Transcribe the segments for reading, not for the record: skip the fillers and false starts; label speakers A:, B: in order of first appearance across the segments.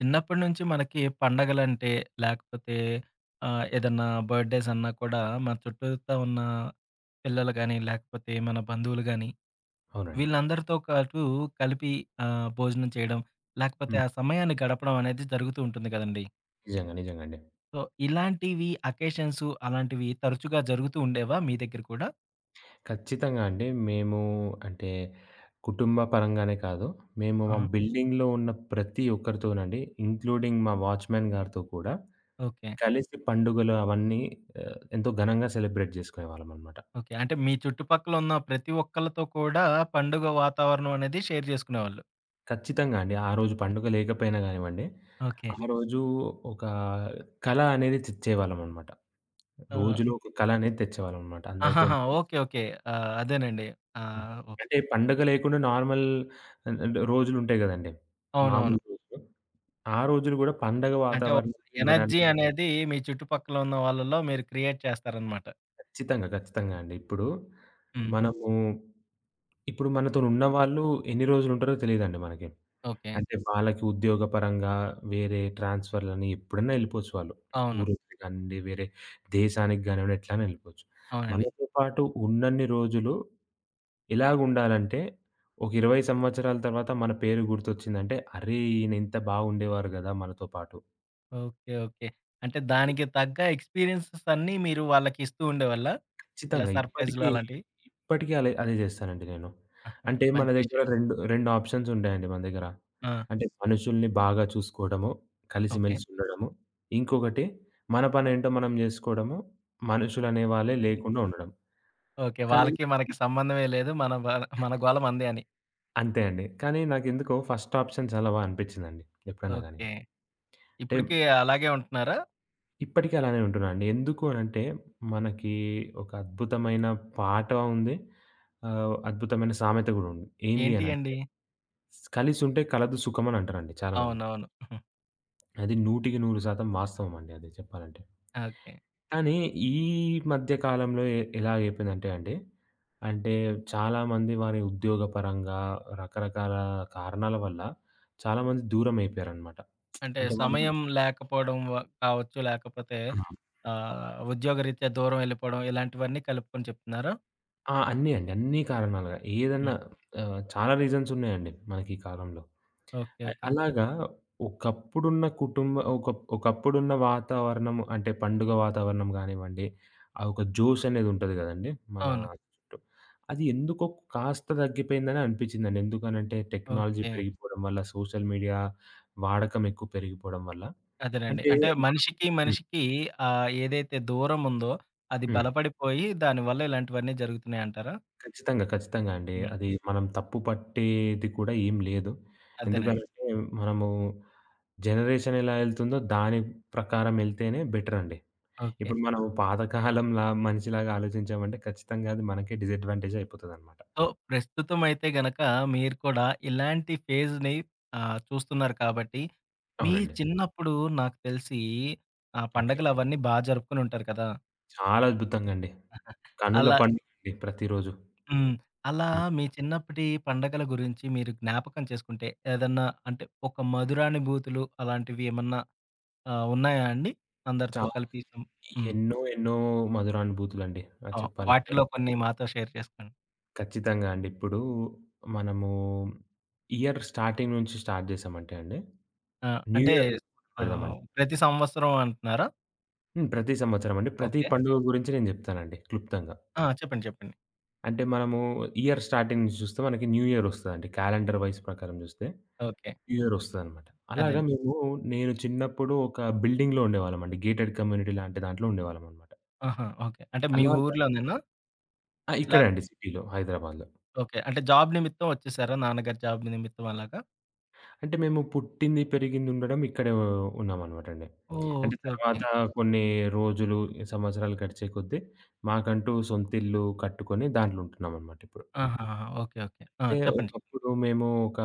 A: చిన్నప్పటి నుంచి మనకి పండగలంటే, లేకపోతే ఏదన్నా బర్త్‌డేస్ అన్నా కూడా మన చుట్టూతా ఉన్న పిల్లలు గాని, లేకపోతే మన బంధువులు గాని,
B: అవునండి.
A: వీళ్ళందరితో పాటు కలిపి భోజనం చేయడం, లేకపోతే
B: హ్మ్.
A: ఆ సమయాన్ని గడపడం అనేది జరుగుతూ ఉంటుంది కదండీ!
B: నిజంగా. నిజంగా అండి.
A: సో, ఇలాంటివి అకేషన్స్ అలాంటివి తరచుగా జరుగుతూ ఉండేవా మీ దగ్గర కూడా?
B: ఖచ్చితంగా అండి. మేము అంటే కుటుంబ పరంగానే కాదు, మేము మా
A: ఆహా!
B: బిల్డింగ్‌లో ఉన్న ప్రతి ఒక్కరితోనండి, ఇంక్లూడింగ్ మా వాచ్‌మెన్ గారితో కూడా
A: ఓకే.
B: కలిసి పండుగలు అవన్నీ ఎంతో ఘనంగా సెలబ్రేట్ చేసుకునేవాళ్ళమనమాట.
A: ఓకే. అంటే మీ చుట్టుపక్కల ఉన్న ప్రతి ఒక్కళ్ళతో కూడా పండుగ వాతావరణం అనేది షేర్ చేసుకునేవాళ్ళు.
B: ఖచ్చితంగా అండి. ఆ రోజు పండుగ లేకపోయినా కానివ్వండి,
A: ఓకే.
B: ఆ రోజు ఒక కళ అనేది తెచ్చేవాళ్ళమనమాట.
A: ఆ!
B: రోజులో ఒక కళ అనేది తెచ్చేవాళ్ళమనమాట అందరితోని.
A: ఆహాహా! ఓకే. ఓకే. అదేనండి.
B: హ్మ్.
A: ఓహ్!
B: అంటే పండగ లేకుండా నార్మల్ ఆహ్, ఆహ్, రోజులుంటాయి గదండీ.
A: అవునవును.
B: మామూలు రోజులు. ఆ రోజులు గూడా పండగ
A: అంటే ఒక
B: వాతావరణం
A: ఎనర్జీ
B: ఇవ్వడానికి
A: అనేది మీ చుట్టుపక్కల ఉన్న వాళ్ళలో మీరు క్రియేట్ చేస్తారనమాట.
B: ఖచ్చితంగా, ఖచ్చితంగా అండి. ఇప్పుడు
A: హ్మ్.
B: మనము ఇప్పుడు మనతోనున్న వాళ్ళు ఎన్ని రోజులుంటారో తెలీదండి మనకి.
A: ఓకే.
B: అంటే వాళ్ళకి ఉద్యోగపరంగా వేరే ట్రాన్స్‌ఫర్‌లని ఎప్పుడన్నా ఎళ్ళిపోవచ్చు వాళ్ళు.
A: అవును.
B: ఊరొదిలి కానివ్వండి, వేరే దేశానికి గానివ్వండి, ఎట్లైనా ఎళ్ళిపోవచ్చు.
A: అవునండి.
B: మనతో పాటు ఉన్నన్ని రోజులు ఎలాగుండాలంటే, ఒక 20 సంవత్సరాల తర్వాత మన పేరు గుర్తొచ్చిందంటే, "అరే! ఈయన ఇంత బాగుండేవారు గదా! మనతో పాటు."
A: ఓకే. ఓకే. అంటే దానికి తగ్గ ఎక్స్‌పీరియన్సెస్ అన్నీ మీరు వాళ్ళకి ఇస్తూ ఉండేవాళ్ళా? ఇలా
B: ఖచ్చితంగా.
A: సర్ప్రైజ్‌లు
B: ఇప్పటికి,
A: అలాంటివి?
B: ఇప్పటికి అదే జేస్తానండి నేను.
A: ఆహా!
B: అంటే మన
A: మంచి
B: దగ్గర
A: విషయం.
B: 2, 2 ఆప్షన్స్ ఉంటాయండి మన దగ్గర.
A: ఆ!
B: అంటే మనుషుల్ని బాగా చూసుకోవడము,
A: ఓకే.
B: కలిసిమెలిసి ఉండడము. ఇంకొకటి మన పనేంటో మనం జేసుకోవడము, మనుషులనే వాళ్ళే లేకుండా ఉండడం.
A: ఓకే.
B: కానీ
A: వాళ్ళకి మనకి సంబంధమే లేదు. మన గోల మనదే అని.
B: అంతే అండి. కానీ నాకెందుకో ఫస్ట్ ఆప్షన్ చలవా అనిపిచ్చిందండి ఎప్పుడన్నా గాని.
A: ఓకే.
B: అంటే
A: ఇప్పటికి అలాగే ఉంటున్నారా?
B: ఇప్పటికి అలానే ఉంటున్నానండి. ఎందుకు అనంటే, మనకి ఒక అద్భుతమైన పాట ఉంది. అద్భుతమైన సామెత గూడా ఉంది. ఏంది
A: ఏంటి
B: అనంటే,
A: అండి?
B: "కలిసుంటే కలదు సుఖం" అనంటారండి చాలామంది.
A: అవునవును.
B: అది 100% వాస్తవం అండి అది చెప్పాలంటే.
A: ఓకే.
B: కానీ ఈ మధ్య కాలంలో ఎలా అయిపోయిందంటే అండి, అంటే చాలామంది వారి ఉద్యోగపరంగా రకరకాల కారణాల వల్ల చాలామంది దూరం అయిపోయారనమాట.
A: అంటే
B: అంటే వాళ్ళు.
A: సమయం లేకపోవడం వ కావచ్చు. లేకపోతే
B: హ్మ్.
A: ఉద్యోగరీత్యా దూరం వెళ్ళిపోవడం ఇలాంటివన్నీ కలుపుకొని చెప్తున్నారా?
B: ఆ! అన్నీ అండి. అన్ని కారణాలుగా
A: హ్మ్.
B: ఏదన్నా చాలా రీజన్స్ ఉన్నాయండి మనకి ఈ కాలంలో.
A: ఓకే. ఓకే.
B: అలాగా ఒకప్పుడున్న కుటుంబ ఒకప్పుడున్న వాతావరణం అంటే పండుగ వాతావరణం గానివ్వండి, ఆ ఒక జోష్ అనేది ఉంటది గదండీ మన
A: అవును.
B: చుట్టూ. అది ఎందుకో కాస్త తగ్గిపోయిందని అనిపిచ్చిందండి. ఎందుకనంటే టెక్నాలజీ
A: ఓకే.
B: పెరిగిపోవడం వల్ల, సోషల్ మీడియా వాడకం ఎక్కువ పెరిగిపోవడం వల్ల
A: అదేనండి.
B: అంటే.
A: అంటే మనిషికి,
B: హ్మ్.
A: మనిషికి ఏదైతే దూరం ఉందో అది
B: హ్మ్.
A: బలపడిపోయి దానివల్ల ఇలాంటివన్నీ జరుగుతున్నాయంటారా?
B: ఖచ్చితంగా. ఖచ్చితంగా అండి.
A: హ్మ్.
B: అది మనం తప్పు పట్టేది కూడా ఏం లేదు. హ్మ్.
A: అదేనండి.
B: ఎందుకనంటే మనము జనరేషన్ ఎలా ఎళ్తుందో దాని ప్రకారం ఎళ్తేనే బెటరండి.
A: ఓకే.
B: ఇప్పుడు మనం పాతకాలంలా మనిషిలాగా ఆలోచించామంటే ఖచ్చితంగా అది మనకే డిసడ్వాంటేజ్ అయిపోతదనమాట.
A: సో, ప్రస్తుతం అయితే గనక మీరు కూడా ఇలాంటి ఫేజ్‌ని చూస్తున్నారు కాబట్టి, మీ
B: అవునండి.
A: చిన్నప్పుడు నాకు తెలిసి ఆ
B: ఓకే.
A: పండగలు అవన్నీ బా జరుపుకుని ఉంటారు కదా!
B: చాలా అద్భుతంగా అండి. కనుల
A: అలా
B: పండుగండి ప్రతిరోజు.
A: హ్మ్. అలా
B: హ్మ్.
A: మీ చిన్నప్పటి పండగల గురించి మీరు జ్ఞాపకం చేసుకుంటే, ఏదన్నా అంటే ఒక మధురానుభూతులు అలాంటివి ఏమన్నా ఉన్నాయా అండి? అందరితో
B: చాలా
A: కలిపి సం హ్మ్.
B: ఎన్నో ఎన్నో మధురానుభూతులండి అది చెప్పాలంటే.
A: వాటిలో కొన్ని మాతో షేర్ చేసుకోండి.
B: ఖచ్చితంగా అండి. ఇప్పుడు మనము ఇయర్ స్టార్టింగ్ నుంచి స్టార్ట్ జేసామంటే అండి
A: ఆ!
B: న్యూ
A: అంటే
B: ఇయర్ పెడదామండి.
A: ప్రతి సంవత్సరం అంటున్నారా?
B: హ్మ్. ప్రతి సంవత్సరం అండి. ప్రతి
A: ఓకే.
B: పండుగ గురించి నేను జెప్తానండి క్లుప్తంగా.
A: ఆ! చెప్పండి. చెప్పండి.
B: అంటే మనము ఇయర్ స్టార్టింగ్ నుంచి చూస్తే మనకి న్యూ ఇయర్ ఒస్తదండి. క్యాలెండర్ వైస్ ప్రకారం జూస్తే
A: ఓకే.
B: New year ఒస్తదనమాట. అలాగా
A: అదేండి.
B: మేము నేను చిన్నప్పుడు ఒక బిల్డింగ్‌లో ఉండేవాళ్ళమండి. గేటెడ్ కమ్యూనిటీ లాంటి దాంట్లో ఉండేవాళ్ళమనమాట.
A: ఆహా! ఓకే. అంటే మీ
B: అలాగా
A: ఊర్లోనేనా?
B: ఆ!
A: లే
B: ఇక్కడే అండి సిటీలో హైదరాబాద్‌లో.
A: ఓకే. అంటే జాబ్ నిమిత్తం వచ్చేసారా? నాన్నగారి జాబ్ నిమిత్తం అలాగా?
B: అంటే మేము పుట్టింది, పెరిగింది ఉండడం ఇక్కడే ఉన్నామనమాటండి.
A: ఓహ్!
B: అంటే
A: ఓకే. ఓకే.
B: తర్వాత కొన్ని రోజులు, సంవత్సరాలు గడిచే కొద్దీ మాకంటూ సొంతిల్లు కట్టుకొని దాంట్లో ఉంటున్నామనమాట ఇప్పుడు.
A: ఆహాహా! ఓకే. ఓకే. ఆ!
B: అయితే
A: చెప్పండి.
B: ఒకప్పుడు మేము ఒక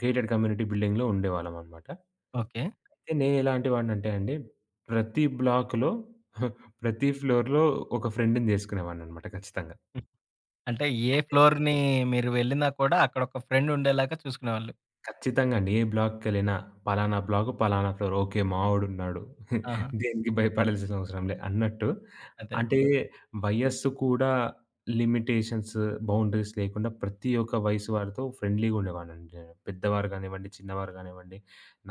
B: గేటెడ్ కమ్యూనిటీ బిల్డింగ్‌లో ఉండేవాళ్ళమనమాట.
A: ఓకే.
B: అయితే నేనెలాంటి వాడినంటే అండి, ప్రతి బ్లాక్‌లో ప్రతి ఫ్లోర్‌లో ఒక ఫ్రెండ్‌ని చేసుకునేవాడిననమాట ఖచ్చితంగా.
A: అంటే ఏ ఫ్లోర్‌ని మీరు వెళ్ళినా కూడా అక్కడొక ఫ్రెండ్ ఉండేలాగా చూసుకునేవాళ్ళు.
B: ఖచ్చితంగా అండి. ఏ బ్లాక్‌కెళ్ళినా పలానా బ్లాకు, పలానా ఫ్లోర్. ఓకే. మావోడున్నాడు.
A: ఆహా!
B: దేనికి భయపడాల్సిన అవసరం లే అన్నట్టు.
A: అదే.
B: అంటే వయస్సు కూడా లిమిటేషన్స్, బౌండరీస్ లేకుండా ప్రతి ఒక్క వయసు వారితో ఫ్రెండ్లీగా ఉండేవాడినండి నేను. పెద్దవారు కానివ్వండి, చిన్నవారు కానివ్వండి,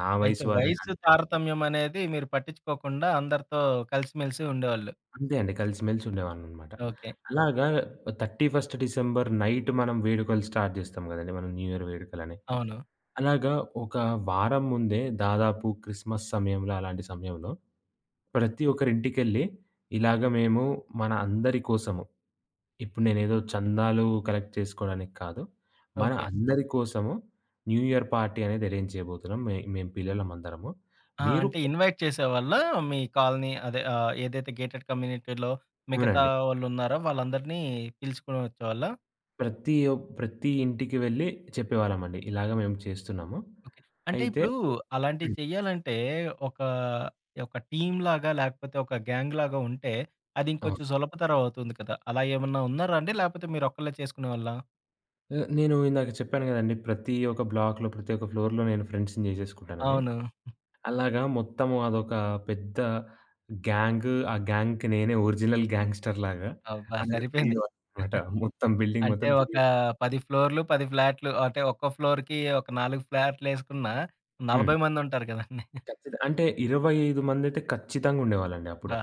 B: నా
A: అయితే
B: వయసు వారు
A: వయసు
B: గాని
A: తారతమ్యం అనేది మీరు పట్టించుకోకుండా అందరితో కలిసిమెలిసి ఉండేవాళ్ళు.
B: అంతే అండి. కలిసిమెలిసి ఉండేవాడిననమాట.
A: ఓకే.
B: అలాగా 31 డిసెంబర్ నైట్ మనం వేడుకలు స్టార్ట్ చేస్తాం కదండీ! మనం న్యూ ఇయర్ వేడుకలనేవి.
A: అవును.
B: అలాగా ఒక వారం ముందే దాదాపు క్రిస్మస్ సమయంలో అలాంటి సమయంలో, ప్రతి ఒక్కరింటికెళ్ళి ఇలాగ మేము మన అందరి కోసము, ఇప్పుడు నేనేదో చందాలు కలెక్ట్ చేసుకోవడానికి కాదు. మన
A: ఓకే.
B: అందరి కోసము న్యూ ఇయర్ పార్టీ అనేది అరేంజ్ చేయబోతున్నాం. మేము పిల్లలమందరము.
A: ఆ!
B: మీరు
A: అంటే ఇన్వైట్ చేసేవాళ్ళా మీ కాలనీ అదే ఏదైతే గేటెడ్ కమ్యూనిటీలో మిగతా
B: అవునండి.
A: వాళ్ళున్నారో వాళ్ళందరినీ పిలుచుకొని వచ్చేవాళ్ళా?
B: ప్రతి ఒ ప్రతి ఇంటికి వెళ్ళి చెప్పేవాళ్ళమండి. ఇలాగ మేము చేస్తున్నాము.
A: ఓకే. అంటే
B: అయితే.
A: ఇప్పుడు అలాంటివి
B: హ్మ్.
A: చెయ్యాలంటే ఒక, ఒక టీమ్‌లాగా లేకపోతే ఒక గ్యాంగ్‌లాగా ఉంటే అది
B: అవును.
A: ఇంకొంచెం సులభతరం అవుతుంది కదా! అలా ఏమన్నా ఉన్నారా అండి? లేకపోతే మీరొక్కళ్ళే చేసుకునేవాళ్ళా?
B: నేను ఇందాక చెప్పాను గదండీ! ప్రతి ఒక్క బ్లాక్‌లో, ప్రతి ఒక్క ఫ్లోర్‌లో నేను ఫ్రెండ్స్‌ని జేసేసుకుంటానని.
A: అవును.
B: అలాగా మొత్తము అదొక పెద్ద గ్యాంగు. ఆ గ్యాంగ్‌కి నేనే ఒరిజినల్ గ్యాంగ్‌స్టర్‌లాగా
A: అబ్బా!
B: అలాగా
A: సరిపోయింది.
B: తిరిగేవాడిననమాట. మొత్తం బిల్డింగ్
A: అంటే
B: మొత్తం
A: ఒక
B: తిరిగే.
A: 10 ఫ్లోర్‌లు, 10 ఫ్లాట్లు అంటే ఒక్కో ఫ్లోర్‌కి ఒక 4 ఫ్లాట్‌లేసుకున్నా
B: హ్మ్.
A: 40 మందుంటారు కదండీ.
B: అంటే 25 మందైతే ఖచ్చితంగా ఉండేవాళ్ళండి అప్పుడు.
A: అబ్బా!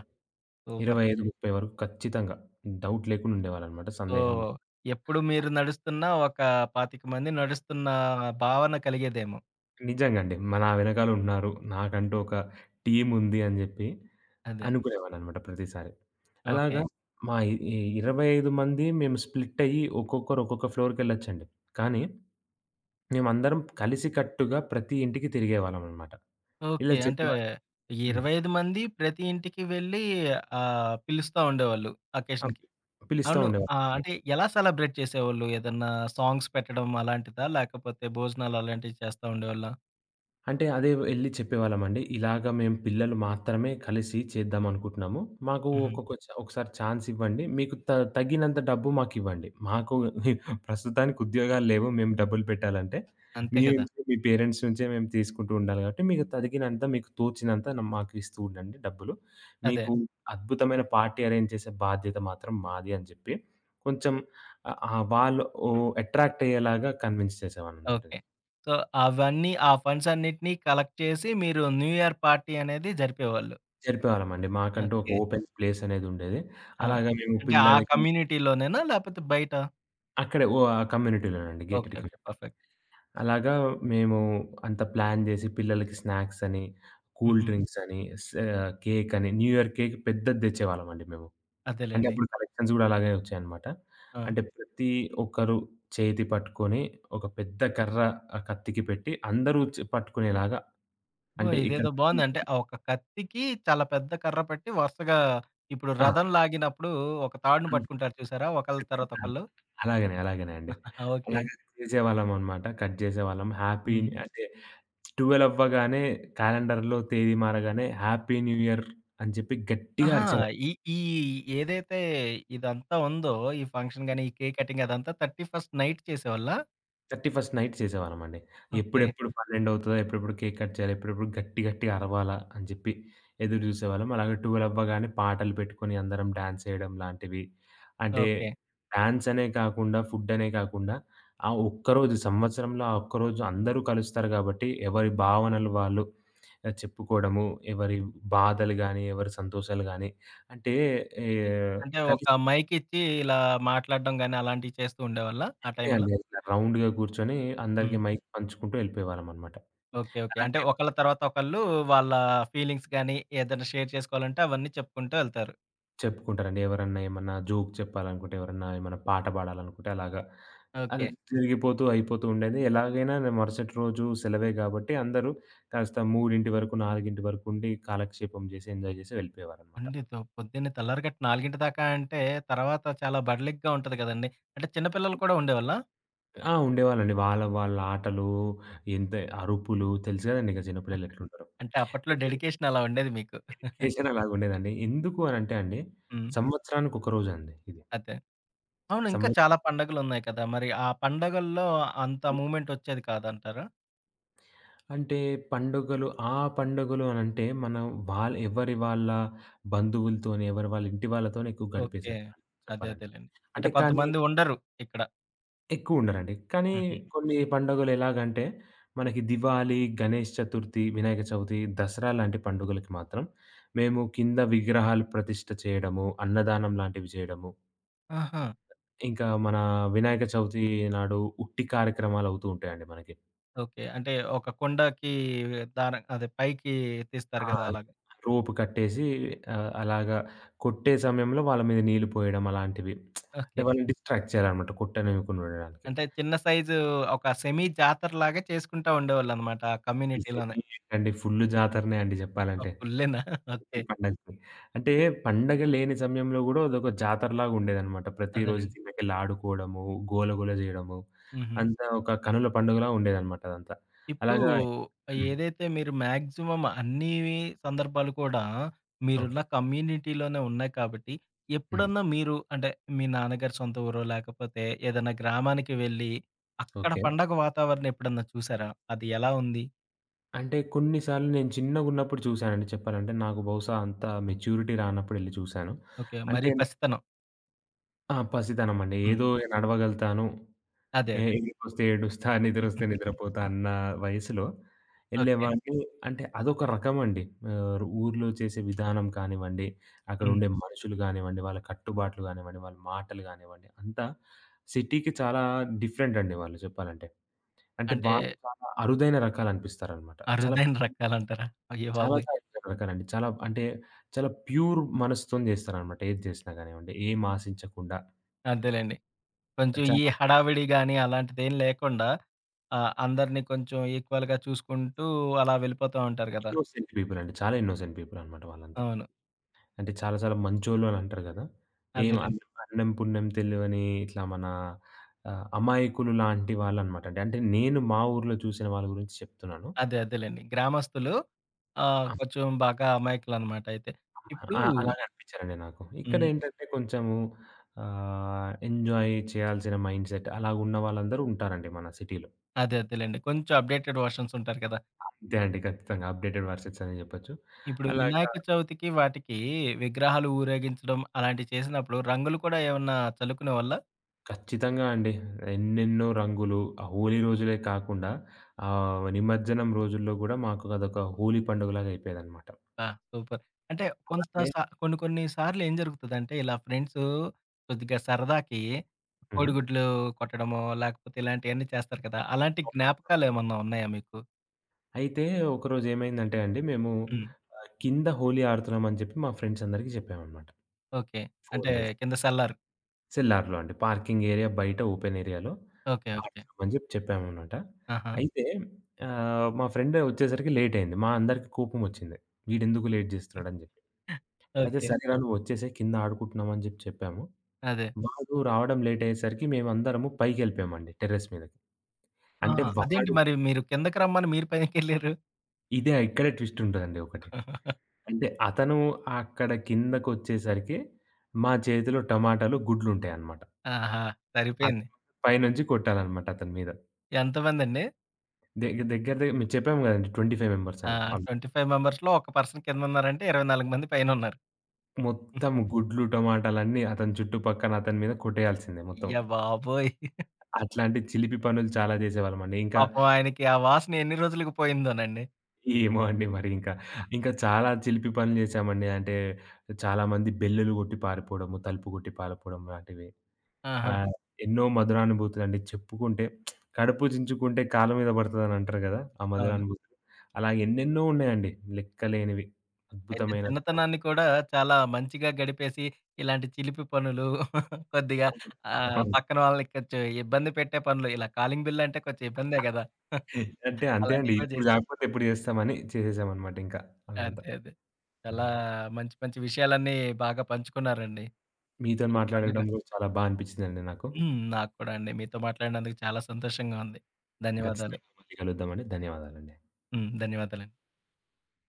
A: సూపర్.
B: 25, 30 వరకు ఖచ్చితంగా. డౌట్ లేకుండా ఉండేవాళ్ళనమాట
A: సో,
B: సందేహం లే.
A: ఎప్పుడు మీరు నడుస్తున్నా ఒక 25 మంది నడుస్తున్న భావన కలిగేదేమో.
B: నిజంగా అండి. నా వెనకాల ఉన్నారు. నాకంటూ ఒక టీమ్ ఉంది అని జెప్పి
A: అదే.
B: అనుకునేవాడిననమాట ప్రతిసారి.
A: ఓకే.
B: అలాగా మా ఇ ఇ 25 మంది మేము స్ప్లిట్ అయ్యి ఒక్కొక్కరు ఒక్కొక్క ఫ్లోర్‌కెళ్ళొచ్చండి. కానీ మేమందరం కలిసి కట్టుగా ప్రతి ఇంటికి తిరిగేవాళ్ళమనమాట. ఇలా
A: ఓకే. అంటే
B: చెప్పేవారు. హ్మ్.
A: 25 మంది ప్రతి ఇంటికి వెళ్ళి పిలుస్తా ఉండేవాళ్ళు
B: ఆ!
A: అకేషన్‌కి.
B: పిలుస్తా
A: అవును.
B: ఉండేవాళ్ళండి.
A: అంటే ఎలా సెలబ్రేట్ చేసేవాళ్ళు? ఏదన్నా సాంగ్స్ పెట్టడం అలాంటిదా? లేకపోతే భోజనాలు అలాంటివి చేస్తా ఉండేవాళ్ళా?
B: అంటే అదే ఎళ్లి చెప్పేవాళ్ళమండి. ఇలాగ మేము పిల్లలు మాత్రమే కలిసి చేద్దామనుకుంటున్నాము. మాకు
A: హుహు.
B: ఒక్కొక్క చ ఒకసారి ఛాన్స్ ఇవ్వండి. మీకు త తగినంత డబ్బు మాకివ్వండి. మాకు ప్రస్తుతానికి ఉద్యోగాలు లేవు. మేము డబ్బులు పెట్టాలంటే.
A: అంతే కదా!
B: మీ పేరెంట్స్ నుంచే మేము తీసుకుంటూ ఉండాలి కాబట్టి మీకు తోచినంత మాకు ఇస్తూ ఉండండి డబ్బులు.
A: అదే.
B: మీకు అద్భుతమైన పార్టీ అరేంజ్ చేసే బాధ్యత మాత్రం మాది అని జెప్పి కొంచెం ఆహ్, ఆహ్, వాళ్ళు అట్రాక్ట్ అయ్యేలాగా కన్విన్స్ చేసేవాడిననమాట
A: ఓకే.
B: నేను.
A: సో, అవన్నీ ఆ ఫండ్స్ అన్నిటిని కలెక్ట్ చేసి మీరు న్యూ ఇయర్ పార్టీ అనేది జరిపేవాళ్ళు.
B: జరిపేవాళ్ళమండి. మాకంటూ ఒక
A: ఓకే.
B: Open place అనేదుండేది.
A: ఆ!
B: అలాగా మేము
A: అంటే ఆ
B: పిల్లలకి. హ్మ్.
A: కమ్యూనిటీలోనేనా? లేకపోతే బయట?
B: అక్కడే ఓ ఆ కమ్యూనిటీలోనండి gated
A: okay. Okay.
B: Community.
A: Perfect.
B: అలాగా మేము అంతా ప్లాన్ జేసి పిల్లలకి స్నాక్స్ అని, కూల్
A: హుహు.
B: డ్రింక్స్ అని, కేక్ అని న్యూ ఇయర్ కేక్ పెద్దది తెచ్చేవాళ్ళమండి మేము. అంటే
A: అదేలెండి.
B: అప్పుడు కలెక్షన్స్ గూడా అలాగే వచ్చాయన్నమాట.
A: ఆ!
B: అంటే ప్రతి ఒక్కరు చేతి పట్టుకొని ఒక పెద్ద కర్ర కత్తికి పెట్టి అందరూ పట్టుకునేలాగా
A: ఓహ్!
B: అంటే ఇక్కడ
A: ఇదేదో బావుంది. అంటే ఆ ఒక కత్తికి చాలా పెద్ద కర్ర పెట్టి వరుసగా ఇప్పుడు రథం లాగినప్పుడు ఒక తాడుని పట్టుకుంటారు చూసారా? ఒకళ్ళ తర్వాత
B: ఆ!
A: ఒకళ్ళు.
B: అలాగనే. అలాగనే అండి.
A: ఆహా! ఓకే.
B: అలాగే చేసేవాళ్ళమనమాట. కట్ చేసేవాళ్ళం. హ్యాపీ
A: హ్మ్.
B: అంటే 12 అవ్వగానే క్యాలెండర్‌లో తేదీ మారగానే హ్యాపీ న్యూ ఇయర్ అని చెప్పి గట్టిగా
A: ఆహా!
B: అరిచేవాళ్ళం.
A: ఈ ఈ ఏదైతే ఇదంతా ఉందో ఈ ఫంక్షన్ గాని, ఈ కేక్ కటింగ్ అదంతా 31st నైట్ చేసేవాళ్ళా?
B: 31స్ట్ నైట్ చేసేవాళ్ళమండి.
A: ఓకే.
B: ఎప్పుడెప్పుడు 12 అవుతదా? ఎప్పుడెప్పుడు కేక్ కట్ చేయాలి? ఎప్పుడెప్పుడు గట్టిగా అరవాలా? అని చెప్పి ఎదురు చూసేవాళ్ళం. అలాగే 12 అవ్వగానే పాటలు పెట్టుకొని అందరం డాన్స్ చేయడం లాంటివి. అంటే
A: ఓకే.
B: డాన్స్ అనే కాకుండా ఫుడ్ అనే కాకుండా ఆ ఒక్కరోజు సంవత్సరంలో ఆ ఒక్కరోజు అందరూ కలుస్తారు కాబట్టి ఎవరి భావనలు వాళ్ళు చెప్పుకోవడము, ఎవరి బాధలు గాని, ఎవరి సంతోషాలు గాని, అంటే ఏ
A: అంటే ఒక
B: కలిసి
A: మైక్ ఇచ్చి ఇలా మాట్లాడడం గాని అలాంటివి చేస్తూ ఉండేవాళ్ళా ఆ
B: కట్టే
A: టైంలో?
B: అండి అసల రౌండ్‌గా కూర్చొని అందరికి
A: హ్మ్.
B: మైక్ పంచుకుంటూ వెళ్ళిపోయేవాళ్ళమనమాట.
A: ఓకే. ఓకే. అంటే
B: అలాగే
A: ఒకళ్ళ తర్వాత ఒకళ్ళు వాళ్ళ ఫీలింగ్స్ గాని ఏదైనా షేర్ చేసుకోవాలంటే అవన్నీ చెప్పుకుంటూ వెళ్తారు.
B: చెప్పుకుంటారండి. ఎవరన్నా ఏమన్నా జోక్ చెప్పాలనుకుంటే, ఎవరన్నా ఏమన్నా పాట పాడాలనుకుంటే అలాగా, అలా
A: ఓకే.
B: అయిపోతూ ఉండేది. ఎలాగైనా నేను మరుసటి రోజు సెలవే కాబట్టి అందరూ కాస్త 3:00 వరకు, 4:00 వరకు ఉండి కాలక్షేపం చేసి, ఎంజాయ్ చేసి వెళ్ళిపోయేవారనమాట.
A: అండి. తో పొద్దున్నే తెల్లారిగట్ట 4:00 దాకా అంటే, తర్వాత చాలా బడలిగ్గా ఉంటది గదండీ! అంటే చిన్న పిల్లలు కూడా ఉండేవాళ్ళా?
B: ఆ! ఉండేవాళ్ళండి. వాళ్ళ వాళ్ళ ఆటలు, ఎంత అరుపులు తెలుసు కదండీ ఇక చిన్నపిల్లలు ఎట్లుంటారో.
A: అంటే అప్పట్లో
B: అయితే
A: డెడికేషన్ అలా ఉండేది మీకు.
B: ఎడ్యుకేషన్ అలాగుండేదండి. ఎందుకు అనంటే అండి,
A: హ్మ్.
B: సంవత్సరానికి ఒక రోజండి ఇది.
A: అదే. అవును. ఇంకా
B: సంవత్సరం
A: చాలా పండగలున్నాయి కదా! మరి ఆ పండగల్లో అంత మూవ్‌మెంట్ ఒచ్చేది కాదంటారా?
B: అంటే పండుగలు పండుగలు అనంటే మనం ఎవరి వాళ్ళ బంధువులతోని, ఎవరి వాళ్ళ ఇంటి వాళ్ళతోని ఎక్కువ
A: ఓకే.
B: గడిపేసేవాళ్ళం
A: అదే
B: చెప్పాలంటే.
A: అదేలెండి. అంటే
B: కానీ
A: కొంతమంది ఉండరు ఇక్కడ.
B: ఎక్కువుండరండి. కానీ
A: హుహు.
B: కొన్ని పండుగలు ఎలాగంటే మనకి దివాళీ, గణేష్ చతుర్థి, వినాయక చవితి, దసరా లాంటి పండుగలకి మాత్రం మేము కింద విగ్రహాలు ప్రతిష్ఠ చేయడము, అన్నదానం లాంటివి చేయడము,
A: ఆహా!
B: ఇంకా మన వినాయక చవితి నాడు ఉట్టి కార్యక్రమాలవుతూ ఉంటాయండి మనకి.
A: ఓకే. అంటే ఒక కొండకి దారం అదే పైకి తీస్తారు
B: ఆ!
A: గదా! అలాగా.
B: రోపు కట్టేసి అలాగా కొట్టే సమయంలో వాళ్ళ మీద నీళ్లు పోయడం అలాంటివి. అంటే
A: ఓకే.
B: వాళ్ళని డిస్ట్రాక్ట్ చేయాలనమాట కొట్టనివ్వకుండా ఉండడానికి.
A: అంటే చిన్న ఒక సెమీ జాతరలాగా చేసుకుంటా ఉండేవాళ్ళనమాట ఆ
B: అసలు
A: కమ్యూనిటీలోనే.
B: సెమీ ఏంటండి ఫుల్లు జాతరనే అండి
A: ఓహ్!
B: జెప్పాలంటే.
A: ఫుల్లేనా?
B: ప్రతి
A: ఓకే.
B: పండగకి. అంటే పండగ లేని సమయంలో గూడా అదొక జాతరలాగా ఉండేదనమాట. ప్రతిరోజు
A: అదేనండి.
B: కిందకెళ్ళి ఆడుకోవడము, గోలగోల జేయడము,
A: హుహు.
B: అంతా ఒక కనుల పండుగలా ఉండేదనమాట అదంతా.
A: ఇప్పుడు
B: అలాగా. హ్మ్.
A: ఏదైతే మీరు మాక్సిమం అన్నీ సందర్భాలు కూడా
B: ఓకే.
A: మీరున్న కమ్యూనిటీలోనే ఉన్నాయి కాబట్టి,
B: హ్మ్.
A: ఎప్పుడన్నా మీరు అంటే మీ నాన్నగారి సొంత ఊరో, లేకపోతే ఏదైనా గ్రామానికి వెళ్ళి, అక్కడ
B: ఓకే.
A: పండగ వాతావరణం ఎప్పుడన్నా చూసారా? అది ఎలా ఉంది?
B: అంటే కొన్ని సార్లు నేను చిన్నగున్నప్పుడు చూసానండి చెప్పాలంటే. నాకు బహుశా అంత మెచ్యూరిటీ రానప్పుడెళ్లి చూసాను.
A: ఓకే.
B: అంటే
A: మరీ పసితనం.
B: ఆ! పసితనం అండి.
A: హ్మ్.
B: ఏదో నడవగలుగుతాను
A: అదే.
B: ఏ
A: అదే.
B: ఏడుపొస్తే ఏడుస్తా, నిద్రొస్తే నిద్రపోతా అన్న వయసులో
A: ఓకే.
B: ఎళ్ళేవాడిని. అంటే అదొక రకమండి. ఊర్లో చేసే విధానం కానివ్వండి,
A: హ్మ్.
B: అక్కడుండే మనుషులు గానివ్వండి, వాళ్ళ కట్టుబాట్లు గానివ్వండి, వాళ్ళ మాటలు గానివ్వండి, అంతా సిటీకి చాలా డిఫరెంట్ అండి వాళ్ళు చెప్పాలంటే. అంటే
A: అంటే
B: వాళ్ళు చాలా అరుదైన రకాలనిపిస్తారనమాట.
A: అరుదైన రకాలంటారా? అయ్య
B: చాలా
A: బాబోయ్!
B: చాలా అరుదైన రకాలండి. చాలా అంటే చాలా ప్యూర్ మనసుతోని చేస్తారనమాట. ఏది చేసినా గానివ్వండి, ఏం ఆశించకుండా.
A: అంతేలెండి. కొంచెం ఈ
B: చాలా
A: హడావిడి గాని అలాంటిదేం లేకుండా ఆ! అందరిని కొంచెం ఈక్వల్‌గా చూసుకుంటూ అలా వెళ్ళిపోతా ఉంటారు కదా!
B: ఇన్నోసెంట్ పీపుల్ అండి. చాలా ఇన్నోసెంట్ పీపుల్ అనమాట వాళ్ళంతా.
A: అవును.
B: అంటే చాలా చాలా మంచోళ్ళు అని అంటారు గదా! ఏం
A: అదేలెండి.
B: అవును. అన్నం పుణ్యం తెలివని ఇట్లా మన అమాయకులు లాంటి వాళ్ళనమాట. అంటే అంటే నేను మా ఊర్లో చూసిన వాళ్ళ గురించి చెప్తున్నాను.
A: అదే అదేలెండి. గ్రామస్తులు
B: అమ్
A: కొంచెం బాగా అమాయకులనమాట అయితే. ఇప్పుడు
B: ఆ! హ్మ్. అలాగే అనిపించారండి నాకు.
A: హ్మ్.
B: ఇక్కడేంటంటే కొంచెము ఎంజాయ్ చేయాల్సిన మైండ్ సెట్ అలాగున్న వాళ్ళందరూ ఉంటారండి మన సిటీలో.
A: అదే అదేలెండి. కొంచెం అప్‌డేటెడ్ వర్షన్స్ ఉంటారు కదా!
B: అంతే అండి ఖచ్చితంగా అప్‌డేటెడ్ వర్సెస్ అనే జెప్పొచ్చు.
A: ఇప్పుడు
B: అలాగా
A: వినాయక చవితికి వాటికి విగ్రహాలు ఊరేగించడం అలాంటివి చేసినప్పుడు రంగులు కూడా ఏమన్నా చల్లుకునేవాళ్ళా?
B: ఖచ్చితంగా అండి. ఎన్నెన్నో రంగులు ఆ హోలీ రోజులే కాకుండా నిమజ్జనం రోజుల్లో గూడా మాకు అదొక హోలీ పండుగలాగా అయిపోయేదనమాట.
A: ఆ! సూపర్. అంటే కొంత
B: అలాగే.
A: సా కొన్ని కొన్ని సార్లు ఏం జరుగుతదంటే, ఇలా ఫ్రెండ్సు కొద్దిగా సరదాకి
B: హ్మ్.
A: కోడిగుడ్లు కొట్టడమో, లేకపోతే ఇలాంటియన్నీ చేస్తారు కదా! అలాంటి జ్ఞాపకాలేమన్నా ఉన్నాయా మీకు?
B: అయితే ఒకరోజు ఏమైందంటే అండి మేము
A: హ్మ్.
B: కింద హోలీ ఆడుతున్నామని చెప్పి మా ఫ్రెండ్స్ అందరికి చెప్పామనమాట.
A: ఓకే.
B: ఫోను
A: అంటే
B: జేసి.
A: కింద సల్లారు.
B: సెల్లార్‌లో అండి. పార్కింగ్ ఏరియా బయట ఓపెన్ ఏరియాలో
A: ఓకే. ఓకే.
B: ఆడుతున్నామని జెప్పి చెప్పామనమాట.
A: ఆహా!
B: అయితే మా ఫ్రెండ్ ఒచ్చేసరికి లేట్ అయింది. మా అందరికి కోపమొచ్చింది. వీడెందుకు లేట్ జేస్తున్నాడని జెప్పి. అయితే
A: ఓకే.
B: సరేరా నువ్వొచ్చేసేయి కింద ఆడుకుంటున్నాం అని జెప్పి చెప్పాము.
A: అదే.
B: వాడు రావడం లేట్ అయ్యేసరికి మేమందరము పైకెళ్ళిపోయామండి టెర్రస్ మీదకి.
A: ఆ!
B: అంటే
A: అదేంటి
B: వాడు
A: మరి మీరు కిందకి రమ్మని మీరు పైకెళ్లారు?
B: ఇదే ఇక్కడే ట్విస్ట్ ఉంటదండి ఒకటి. అంటే అతను అక్కడ కిందకొచ్చేసరికి మా చేతిలో టమాటాలు, గుడ్లుంటాయన్నమాట.
A: ఆహా! సరిపోయింది.
B: అతను పైనుంచి కొట్టాలన్నమాట అతని మీద.
A: ఎంతమందండి?
B: దెగ్గ దెగ్గర దె మేము చెప్పాము గదండీ 25 మెంబర్స్
A: ఆ!
B: అని.
A: 25 మెంబర్స్‌లో ఒక పర్సన్ కిందున్నారంటే 24 మంది పైనున్నారు.
B: మొత్తం గుడ్లు, టమాటాలన్నీ అతని చుట్టుపక్కన అతని మీద కొట్టేయాల్సిందే మొత్తం.
A: అయ్య బాబోయ్!
B: అట్లాంటి చిలిపి పనులు చాలా జేసేవాళ్ళమండి. ఇంకా
A: పాపం ఆయనకి ఆ వాసన ఎన్ని రోజులకి పోయిందోనండి.
B: ఏమో అండి మరి ఇంకా. ఇంకా చాలా చిలిపి పనులు చేశామండి. అంటే చాలామంది బెల్లులు కొట్టి పారిపోవడము, తలుపు కొట్టి పారిపోవడం లాంటివి.
A: ఆహా!
B: అలా ఎన్నో మధురానుభూతులండి చెప్పుకుంటే కడుపు చించుకుంటే కాళ్ళ మీద పడతదని అంటారు కదా! ఆ
A: అవును.
B: మధురానుభూతులు. అలా ఎన్నెన్నో ఉన్నాయండి లెక్కలేనివి.
A: అయితే
B: అద్భుతమైన
A: చిన్నతనాన్ని కూడా చాలా మంచిగా గడిపేసి, ఇలాంటి చిలిపి పనులు కొద్దిగా
B: అవును. అవును.
A: పక్కన వాళ్ళని కొంచెం ఇబ్బంది పెట్టే పనులు, ఇలా కాలింగ్ బిల్ అంటే కొంచెం ఇబ్బందే గదా!
B: అంటే అంతే అండి.
A: అలాంటివి కూడా
B: ఇప్పుడు
A: చేశారు.
B: కాకపోతే ఎప్పుడు చేస్తామని చేసేసామనమాట ఇంకా అదంతా.
A: అంతే అదే. చాలా
B: అది.
A: మంచి మంచి విషయాలన్నీ బాగా పంచుకున్నారండి. ఈ
B: మీతోని
A: పండుగ
B: మాట్లాడడం కూడా చాలా బా అనిపించిందండి నాకు.
A: హ్మ్. నాకు కూడా అండి. మీతో మాట్లాడినందుకు చాలా సంతోషంగా ఉంది. ధన్యవాదాలు.
B: ఖచ్చితంగా మళ్ళీ కలుద్దామండి. ధన్యవాదాలండి.
A: హ్మ్. ధన్యవాదాలండి.